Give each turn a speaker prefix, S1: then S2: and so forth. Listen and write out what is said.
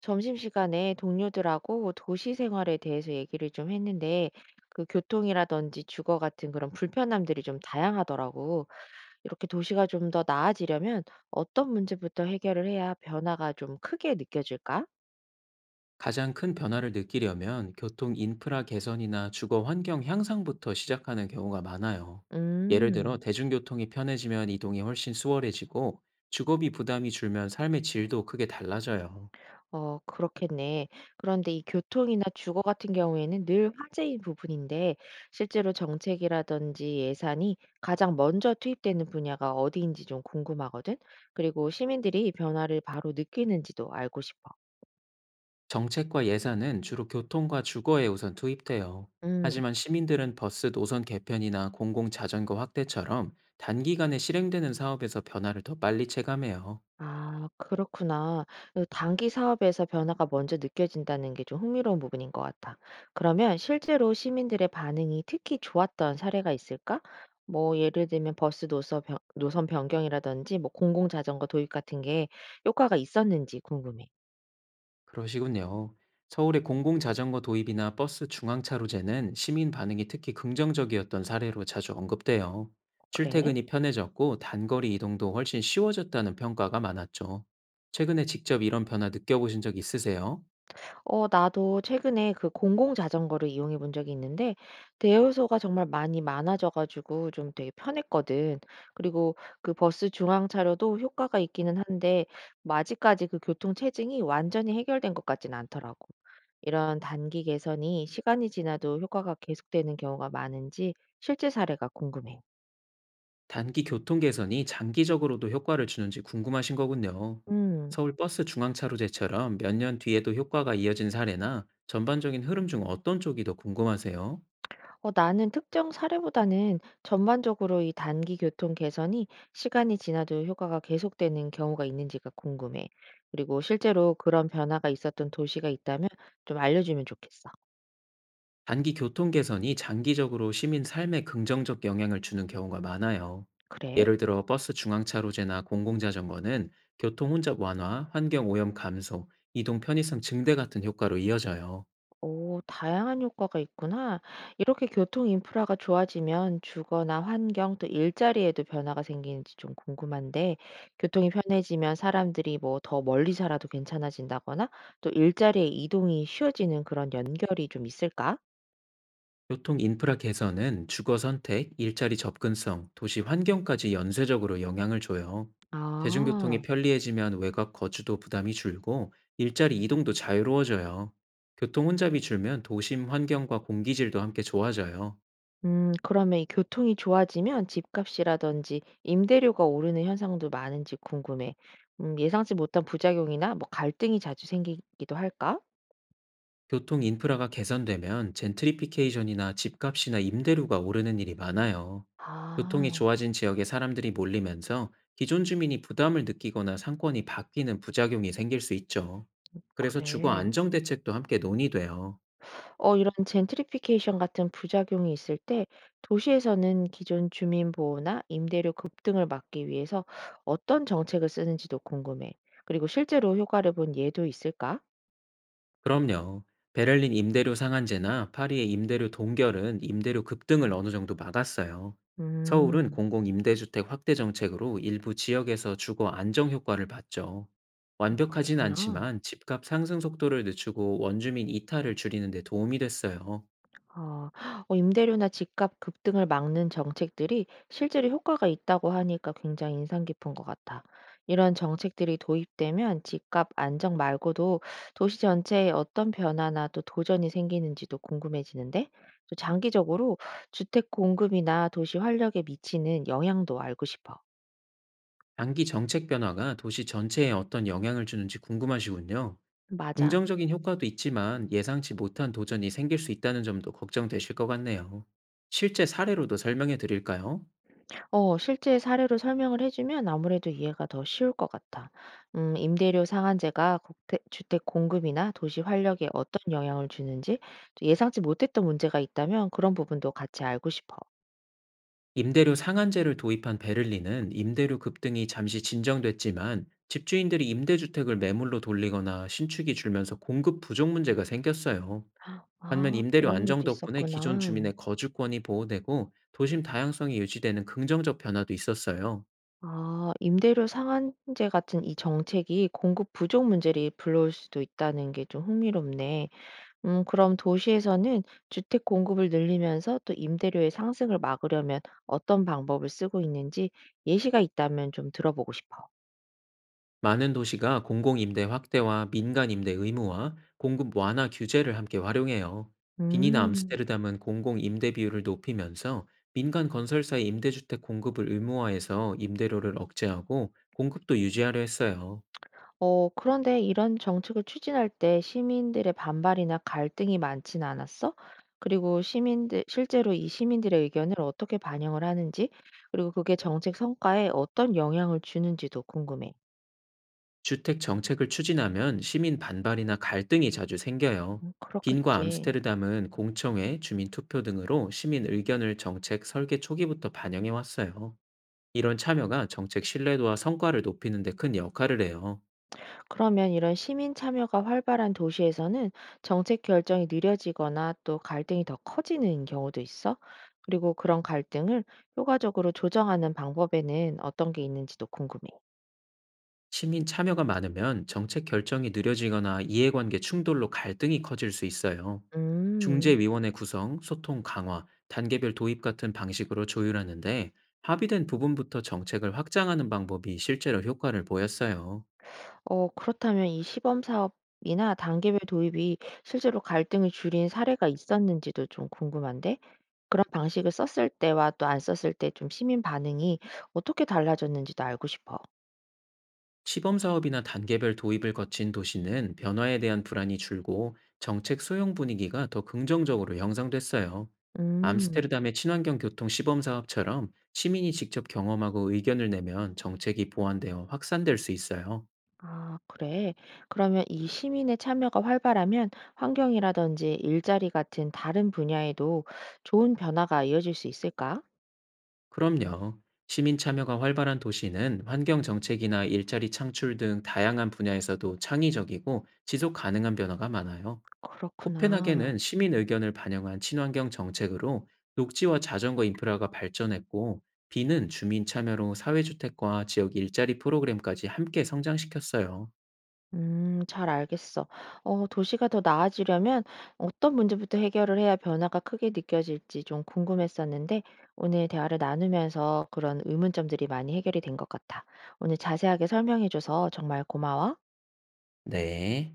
S1: 점심시간에 동료들하고 도시 생활에 대해서 얘기를 좀 했는데 그 교통이라든지 주거 같은 그런 불편함들이 좀 다양하더라고. 이렇게 도시가 좀 더 나아지려면 어떤 문제부터 해결을 해야 변화가 좀 크게 느껴질까?
S2: 가장 큰 변화를 느끼려면 교통 인프라 개선이나 주거 환경 향상부터 시작하는 경우가 많아요. 예를 들어
S1: 음.
S2: 대중교통이 편해지면 이동이 훨씬 수월해지고 주거비 부담이 줄면 삶의 질도 크게 달라져요.
S1: 어 그렇겠네. 그런데 이 교통이나 주거 같은 경우에는 늘 화제인 부분인데 실제로 정책이라든지 예산이 가장 먼저 투입되는 분야가 어디인지 좀 궁금하거든. 그리고 시민들이 변화를 바로 느끼는지도 알고 싶어.
S2: 정책과 예산은 주로 교통과 주거에 우선 투입돼요.
S1: 음.
S2: 하지만 시민들은 버스 노선 개편이나 공공자전거 확대처럼 단기간에 실행되는 사업에서 변화를 더 빨리 체감해요.
S1: 아 그렇구나. 그 단기 사업에서 변화가 먼저 느껴진다는 게 좀 흥미로운 부분인 것 같아. 그러면 실제로 시민들의 반응이 특히 좋았던 사례가 있을까? 뭐 예를 들면 버스 노선 변 노선 변경이라든지 뭐 공공 자전거 도입 같은 게 효과가 있었는지 궁금해.
S2: 그러시군요. 서울의 공공자전거 도입이나 버스 중앙차로제는 시민 반응이 특히 긍정적이었던 사례로 자주 언급돼요.
S1: 그래?
S2: 출퇴근이 편해졌고 단거리 이동도 훨씬 쉬워졌다는 평가가 많았죠. 최근에 직접 이런 변화 느껴보신 적 있으세요?
S1: 어 나도 최근에 그 공공 자전거를 이용해 본 적이 있는데 대여소가 정말 많이 많아져 가지고 좀 되게 편했거든. 그리고 그 버스 중앙차로도 효과가 있기는 한데 뭐 아직까지 그 교통 체증이 완전히 해결된 것 같진 않더라고. 이런 단기 개선이 시간이 지나도 효과가 계속되는 경우가 많은지 실제 사례가 궁금해.
S2: 단기 교통 개선이 장기적으로도 효과를 주는지 궁금하신 거군요.
S1: 음.
S2: 서울 버스 중앙차로제처럼 몇 년 뒤에도 효과가 이어진 사례나 전반적인 흐름 중 어떤 쪽이 더 궁금하세요?
S1: 어, 나는 특정 사례보다는 전반적으로 이 단기 교통 개선이 시간이 지나도 효과가 계속되는 경우가 있는지가 궁금해. 그리고 실제로 그런 변화가 있었던 도시가 있다면 좀 알려주면 좋겠어.
S2: 단기 교통 개선이 장기적으로 시민 삶에 긍정적 영향을 주는 경우가 많아요.
S1: 그래?
S2: 예를 들어 버스 중앙차로제나 공공자전거는 교통 혼잡 완화, 환경 오염 감소, 이동 편의성 증대 같은 효과로 이어져요.
S1: 오, 다양한 효과가 있구나. 이렇게 교통 인프라가 좋아지면 주거나 환경 또 일자리에도 변화가 생기는지 좀 궁금한데, 교통이 편해지면 사람들이 뭐 더 멀리 살아도 괜찮아진다거나 또 일자리의 이동이 쉬워지는 그런 연결이 좀 있을까?
S2: 교통 인프라 개선은 주거 선택, 일자리 접근성, 도시 환경까지 연쇄적으로 영향을 줘요. 대중교통이
S1: 아.
S2: 편리해지면 외곽 거주도 부담이 줄고 일자리 이동도 자유로워져요. 교통 혼잡이 줄면 도심 환경과 공기질도 함께 좋아져요.
S1: 음, 그러면 이 교통이 좋아지면 집값이라든지 임대료가 오르는 현상도 많은지 궁금해. 음, 예상치 못한 부작용이나 뭐 갈등이 자주 생기기도 할까?
S2: 교통 인프라가 개선되면 젠트리피케이션이나 집값이나 임대료가 오르는 일이 많아요. 교통이
S1: 아,
S2: 좋아진 지역에 사람들이 몰리면서 기존 주민이 부담을 느끼거나 상권이 바뀌는 부작용이 생길 수 있죠. 그래서 주거
S1: 그래.
S2: 안정 대책도 함께 논의돼요.
S1: 어 이런 젠트리피케이션 같은 부작용이 있을 때 도시에서는 기존 주민 보호나 임대료 급등을 막기 위해서 어떤 정책을 쓰는지도 궁금해. 그리고 실제로 효과를 본 예도 있을까?
S2: 그럼요. 베를린 임대료 상한제나 파리의 임대료 동결은 임대료 급등을 어느 정도 막았어요. 서울은
S1: 음.
S2: 공공임대주택 확대 정책으로 일부 지역에서 주거 안정 효과를 봤죠. 완벽하진
S1: 그랬구나.
S2: 않지만 집값 상승 속도를 늦추고 원주민 이탈을 줄이는 데 도움이 됐어요.
S1: 어, 어, 임대료나 집값 급등을 막는 정책들이 실제로 효과가 있다고 하니까 굉장히 인상 깊은 것 같아. 이런 정책들이 도입되면 집값 안정 말고도 도시 전체에 어떤 변화나 또 도전이 생기는지도 궁금해지는데, 또 장기적으로 주택 공급이나 도시 활력에 미치는 영향도 알고 싶어.
S2: 단기 정책 변화가 도시 전체에 어떤 영향을 주는지 궁금하시군요.
S1: 맞아.
S2: 긍정적인 효과도 있지만 예상치 못한 도전이 생길 수 있다는 점도 걱정되실 것 같네요. 실제 사례로도 설명해 드릴까요?
S1: 어, 실제 사례로 설명을 해주면 아무래도 이해가 더 쉬울 것 같아. 임대료 상한제가 국태, 주택 공급이나 도시 활력에 어떤 영향을 주는지 또 예상치 못했던 문제가 있다면 그런 부분도 같이 알고 싶어.
S2: 임대료 상한제를 도입한 베를린은 임대료 급등이 잠시 진정됐지만 집주인들이 임대주택을 매물로 돌리거나 신축이 줄면서 공급 부족 문제가 생겼어요. 반면
S1: 아,
S2: 임대료
S1: 그런
S2: 안정
S1: 일도
S2: 덕분에 기존
S1: 있었구나.
S2: 주민의 거주권이 보호되고 도심 다양성이 유지되는 긍정적 변화도 있었어요.
S1: 아, 임대료 상한제 같은 이 정책이 공급 부족 문제를 불러올 수도 있다는 게 좀 흥미롭네. 음, 그럼 도시에서는 주택 공급을 늘리면서 또 임대료의 상승을 막으려면 어떤 방법을 쓰고 있는지 예시가 있다면 좀 들어보고 싶어.
S2: 많은 도시가 공공임대 확대와 민간임대 의무화, 공급 완화 규제를 함께 활용해요. 빈이나
S1: 음.
S2: 암스테르담은 공공임대 비율을 높이면서 민간 건설사의 임대주택 공급을 의무화해서 임대료를 억제하고 공급도 유지하려 했어요.
S1: 어, 그런데 이런 정책을 추진할 때 시민들의 반발이나 갈등이 많진 않았어? 그리고 실제로 이 시민들의 의견을 어떻게 반영을 하는지, 그리고 그게 정책 성과에 어떤 영향을 주는지도 궁금해.
S2: 주택 정책을 추진하면 시민 반발이나 갈등이 자주 생겨요. 빈과
S1: 그렇겠지.
S2: 암스테르담은 공청회, 주민투표 등으로 시민 의견을 정책 설계 초기부터 반영해 왔어요. 이런 참여가 정책 신뢰도와 성과를 높이는 데 큰 역할을 해요.
S1: 그러면 이런 시민 참여가 활발한 도시에서는 정책 결정이 느려지거나 또 갈등이 더 커지는 경우도 있어? 그리고 그런 갈등을 효과적으로 조정하는 방법에는 어떤 게 있는지도 궁금해.
S2: 시민 참여가 많으면 정책 결정이 느려지거나 이해관계 충돌로 갈등이 커질 수 있어요.
S1: 음.
S2: 중재위원회 구성, 소통 강화, 단계별 도입 같은 방식으로 조율하는데 합의된 부분부터 정책을 확장하는 방법이 실제로 효과를 보였어요.
S1: 어, 그렇다면 이 시범 사업이나 단계별 도입이 실제로 갈등을 줄인 사례가 있었는지도 좀 궁금한데, 그런 방식을 썼을 때와 또 안 썼을 때 좀 시민 반응이 어떻게 달라졌는지도 알고 싶어.
S2: 시범 사업이나 단계별 도입을 거친 도시는 변화에 대한 불안이 줄고 정책 소용 분위기가 더 긍정적으로 형성됐어요.
S1: 음.
S2: 암스테르담의 친환경 교통 시범 사업처럼 시민이 직접 경험하고 의견을 내면 정책이 보완되어 확산될 수 있어요.
S1: 아, 그래. 그러면 이 시민의 참여가 활발하면 환경이라든지 일자리 같은 다른 분야에도 좋은 변화가 이어질 수 있을까?
S2: 그럼요. 시민 참여가 활발한 도시는 환경 정책이나 일자리 창출 등 다양한 분야에서도 창의적이고 지속 가능한 변화가 많아요.
S1: 그렇구나.
S2: 코펜하겐은 시민 의견을 반영한 친환경 정책으로 녹지와 자전거 인프라가 발전했고, 비는 주민 참여로 사회주택과 지역 일자리 프로그램까지 함께 성장시켰어요.
S1: 잘 알겠어. 어, 도시가 더 나아지려면 어떤 문제부터 해결을 해야 변화가 크게 느껴질지 좀 궁금했었는데 오늘 대화를 나누면서 그런 의문점들이 많이 해결이 된 것 같아. 오늘 자세하게 설명해줘서 정말 고마워.
S2: 네.